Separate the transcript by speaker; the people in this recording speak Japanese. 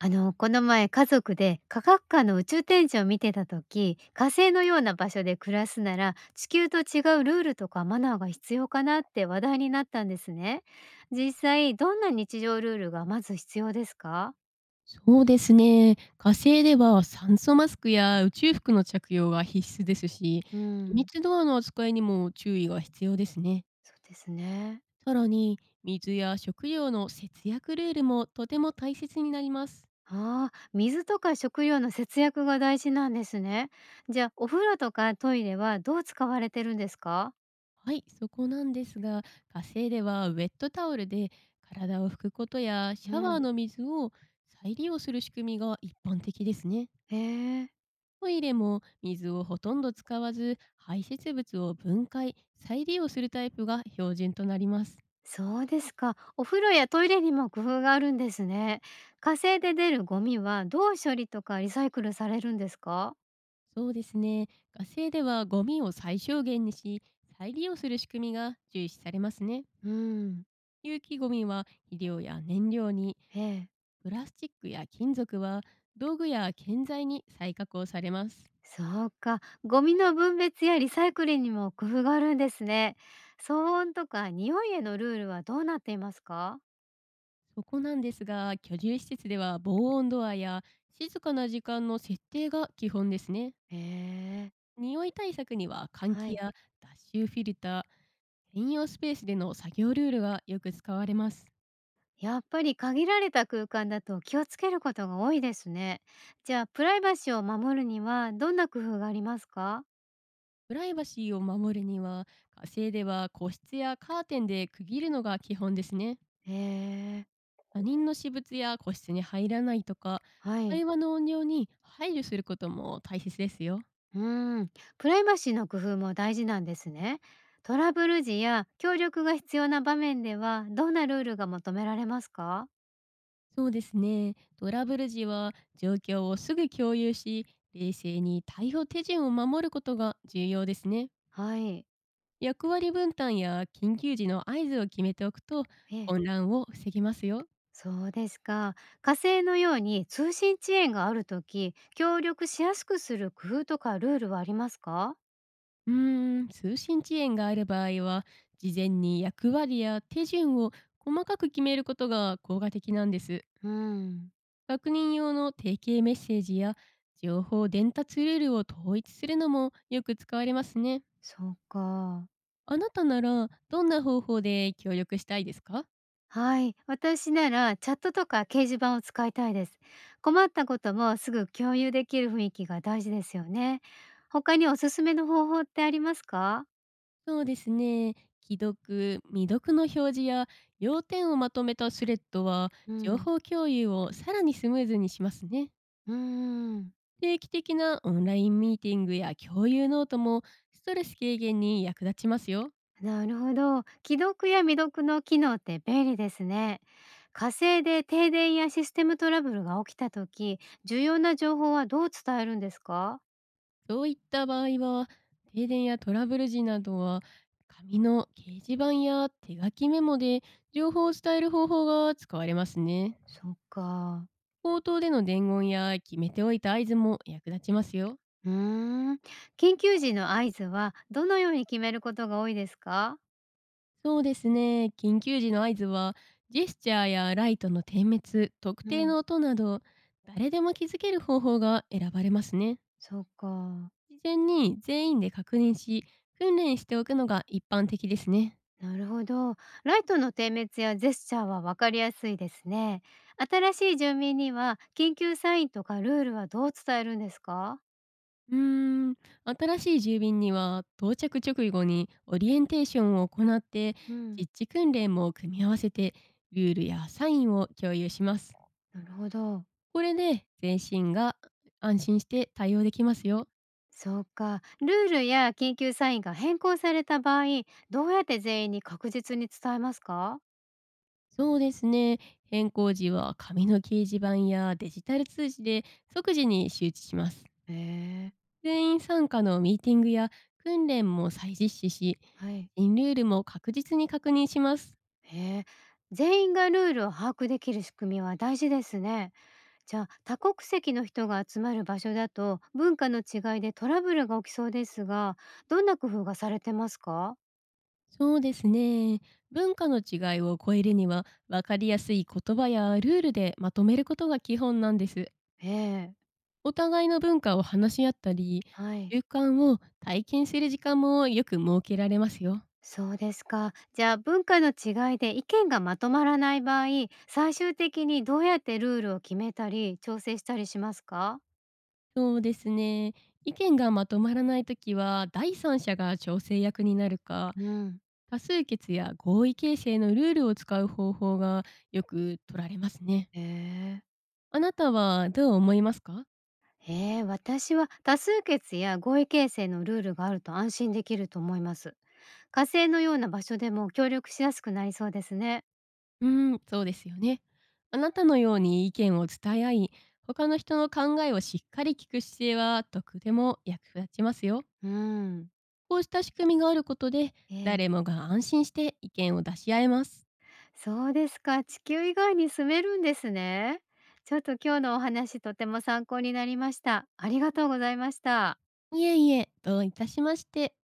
Speaker 1: この前家族で科学館の宇宙展示を見てた時、火星のような場所で暮らすなら地球と違うルールとかマナーが必要かなって話題になったんですね。実際、どんな日常ルールがまず必要ですか？
Speaker 2: そうですね。火星では酸素マスクや宇宙服の着用が必須ですし、
Speaker 1: う
Speaker 2: 機
Speaker 1: ん、
Speaker 2: 密ドアの扱いにも注意が必要ですね。
Speaker 1: そうですね。
Speaker 2: さらに、水や食料の節約ルールもとても大切になります。
Speaker 1: ああ、水とか食料の節約が大事なんですね。じゃあ、お風呂とかトイレはどう使われてるんですか？
Speaker 2: はい、そこなんですが、火星ではウェットタオルで体を拭くことやシ
Speaker 1: う
Speaker 2: ャワー
Speaker 1: ん。
Speaker 2: の水を再利用する仕組みが一般的ですね。
Speaker 1: へえ。
Speaker 2: トイレも水をほとんど使わず排泄物を分解再利用するタイプが標準となります。
Speaker 1: そうですか。お風呂やトイレにも工夫があるんですね。火星で出るゴミはどう処理とかリサイクルされるんですか？
Speaker 2: そうですね。ガスではゴミを最小限にし再利用する仕組みが重視されますね。
Speaker 1: うん、
Speaker 2: 有機ゴミは肥料や燃料に、
Speaker 1: ええ。
Speaker 2: プラスチックや金属は道具や建材に再加工されます。
Speaker 1: そうか。ゴミの分別やリサイクルにも工夫があるんですね。騒音とか匂いへのルールはどうなっていますか？
Speaker 2: そこなんですが、居住施設では防音ドアや静かな時間の設定が基本ですね。
Speaker 1: へえ、
Speaker 2: 匂い対策には換
Speaker 1: は
Speaker 2: 気
Speaker 1: い。
Speaker 2: や脱臭フィルター、専用スペースでの作業ルールがよく使われます。
Speaker 1: やっぱり限られた空間だと気をつけることが多いですね。じゃあ、プライバシーを守るにはどんな工夫がありますか？
Speaker 2: プライバシーを守るには、火星では個室やカーテンで区切るのが基本ですね。
Speaker 1: へえ、
Speaker 2: 他人の私物や個室に入らないとか、
Speaker 1: はい、
Speaker 2: 会話の音量に配慮することも大切ですよ。
Speaker 1: うーん、プライバシーの工夫も大事なんですね。トラブル時や協力が必要な場面ではどんなルールが求められますか？
Speaker 2: そうですね。トラブル時は状況をすぐ共有し、冷静に対応手順を守ることが重要ですね。
Speaker 1: はい。
Speaker 2: 役割分担や緊急時の合図を決めておくと
Speaker 1: ええ、
Speaker 2: 混乱を防げますよ。
Speaker 1: そうですか。火星のように通信遅延があるとき、協力しやすくする工夫とかルールはありますか？
Speaker 2: 通信遅延がある場合は、事前に役割や手順を細かく決めることが効果的なんです。
Speaker 1: うん、
Speaker 2: 確認用の定型メッセージや情報伝達ルールを統一するのもよく使われますね。
Speaker 1: そうか。
Speaker 2: あなたならどんな方法で協力したいですか？
Speaker 1: はい。私ならチャットとか掲示板を使いたいです。困ったこともすぐ共有できる雰囲気が大事ですよね。他におすすめの方法ってありますか？
Speaker 2: そうですね。既読、未読の表示や要点をまとめたスレッドは
Speaker 1: う
Speaker 2: 情
Speaker 1: ん、
Speaker 2: 報共有をさらにスムーズにしますね。
Speaker 1: うーん、
Speaker 2: 定期的なオンラインミーティングや共有ノートもストレス軽減に役立ちますよ。
Speaker 1: なるほど。既読や未読の機能って便利ですね。火星で停電やシステムトラブルが起きた時、重要な情報はどう伝えるんですか？
Speaker 2: そういった場合は、停電やトラブル時などは紙の掲示板や手書きメモで情報を伝える方法が使われますね。
Speaker 1: そっか。
Speaker 2: 口頭での伝言や決めておいた合図も役立ちますよ。
Speaker 1: うーん。緊急時の合図はどのように決めることが多いですか？
Speaker 2: そうですね。緊急時の合図は、ジェスチャーやライトの点滅、特
Speaker 1: う
Speaker 2: 定
Speaker 1: ん。
Speaker 2: の音など、誰でも気づける方法が選ばれますね。
Speaker 1: そうか。
Speaker 2: 事前に全員で確認し、訓練しておくのが一般的ですね。
Speaker 1: なるほど。ライトの点滅やジェスチャーは分かりやすいですね。新しい住民には緊急サインとかルールはどう伝えるんですか？
Speaker 2: うーん、新しい住民には到着直後にオリエンテーションを行って、
Speaker 1: うん、
Speaker 2: 実地訓練も組み合わせて、ルールやサインを共有します。
Speaker 1: なるほど。
Speaker 2: これで全身が安心して対応できますよ。
Speaker 1: そうか。ルールや緊急サインが変更された場合、どうやって全員に確実に伝えますか？
Speaker 2: そうですね。変更時は紙の掲示板やデジタル通知で即時に周知します。
Speaker 1: へえ、
Speaker 2: 全員参加のミーティングや訓練も再実施し、
Speaker 1: はい。
Speaker 2: 新ルールも確実に確認します。
Speaker 1: へえ、全員がルールを把握できる仕組みは大事ですね。じゃあ、多国籍の人が集まる場所だと文化の違いでトラブルが起きそうですが、どんな工夫がされてますか？
Speaker 2: そうですね。文化の違いを超えるには、分かりやすい言葉やルールでまとめることが基本なんです。
Speaker 1: ええ、
Speaker 2: お互いの文化を話し合ったり、
Speaker 1: はい。
Speaker 2: 習慣を体験する時間もよく設けられますよ。
Speaker 1: そうですか。じゃあ、文化の違いで意見がまとまらない場合、最終的にどうやってルールを決めたり調整したりしますか？
Speaker 2: そうですね。意見がまとまらないときは、第三者が調整役になるか、
Speaker 1: うん、
Speaker 2: 多数決や合意形成のルールを使う方法がよく取られますね。
Speaker 1: ええ、
Speaker 2: あなたはどう思いますか？
Speaker 1: ええ、私は多数決や合意形成のルールがあると安心できると思います。火星のような場所でも協力しやすくなりそうですね。
Speaker 2: そうですよね。あなたのように意見を伝え合い、他の人の考えをしっかり聞く姿勢は、とくでも役立ちますよ。
Speaker 1: うん。
Speaker 2: こうした仕組みがあることで、
Speaker 1: え
Speaker 2: 誰
Speaker 1: え、
Speaker 2: もが安心して意見を出し合えます。
Speaker 1: そうですか。地球以外に住めるんですね。ちょっと今日のお話とても参考になりました。ありがとうございました。
Speaker 2: いえいえ、どういたしまして。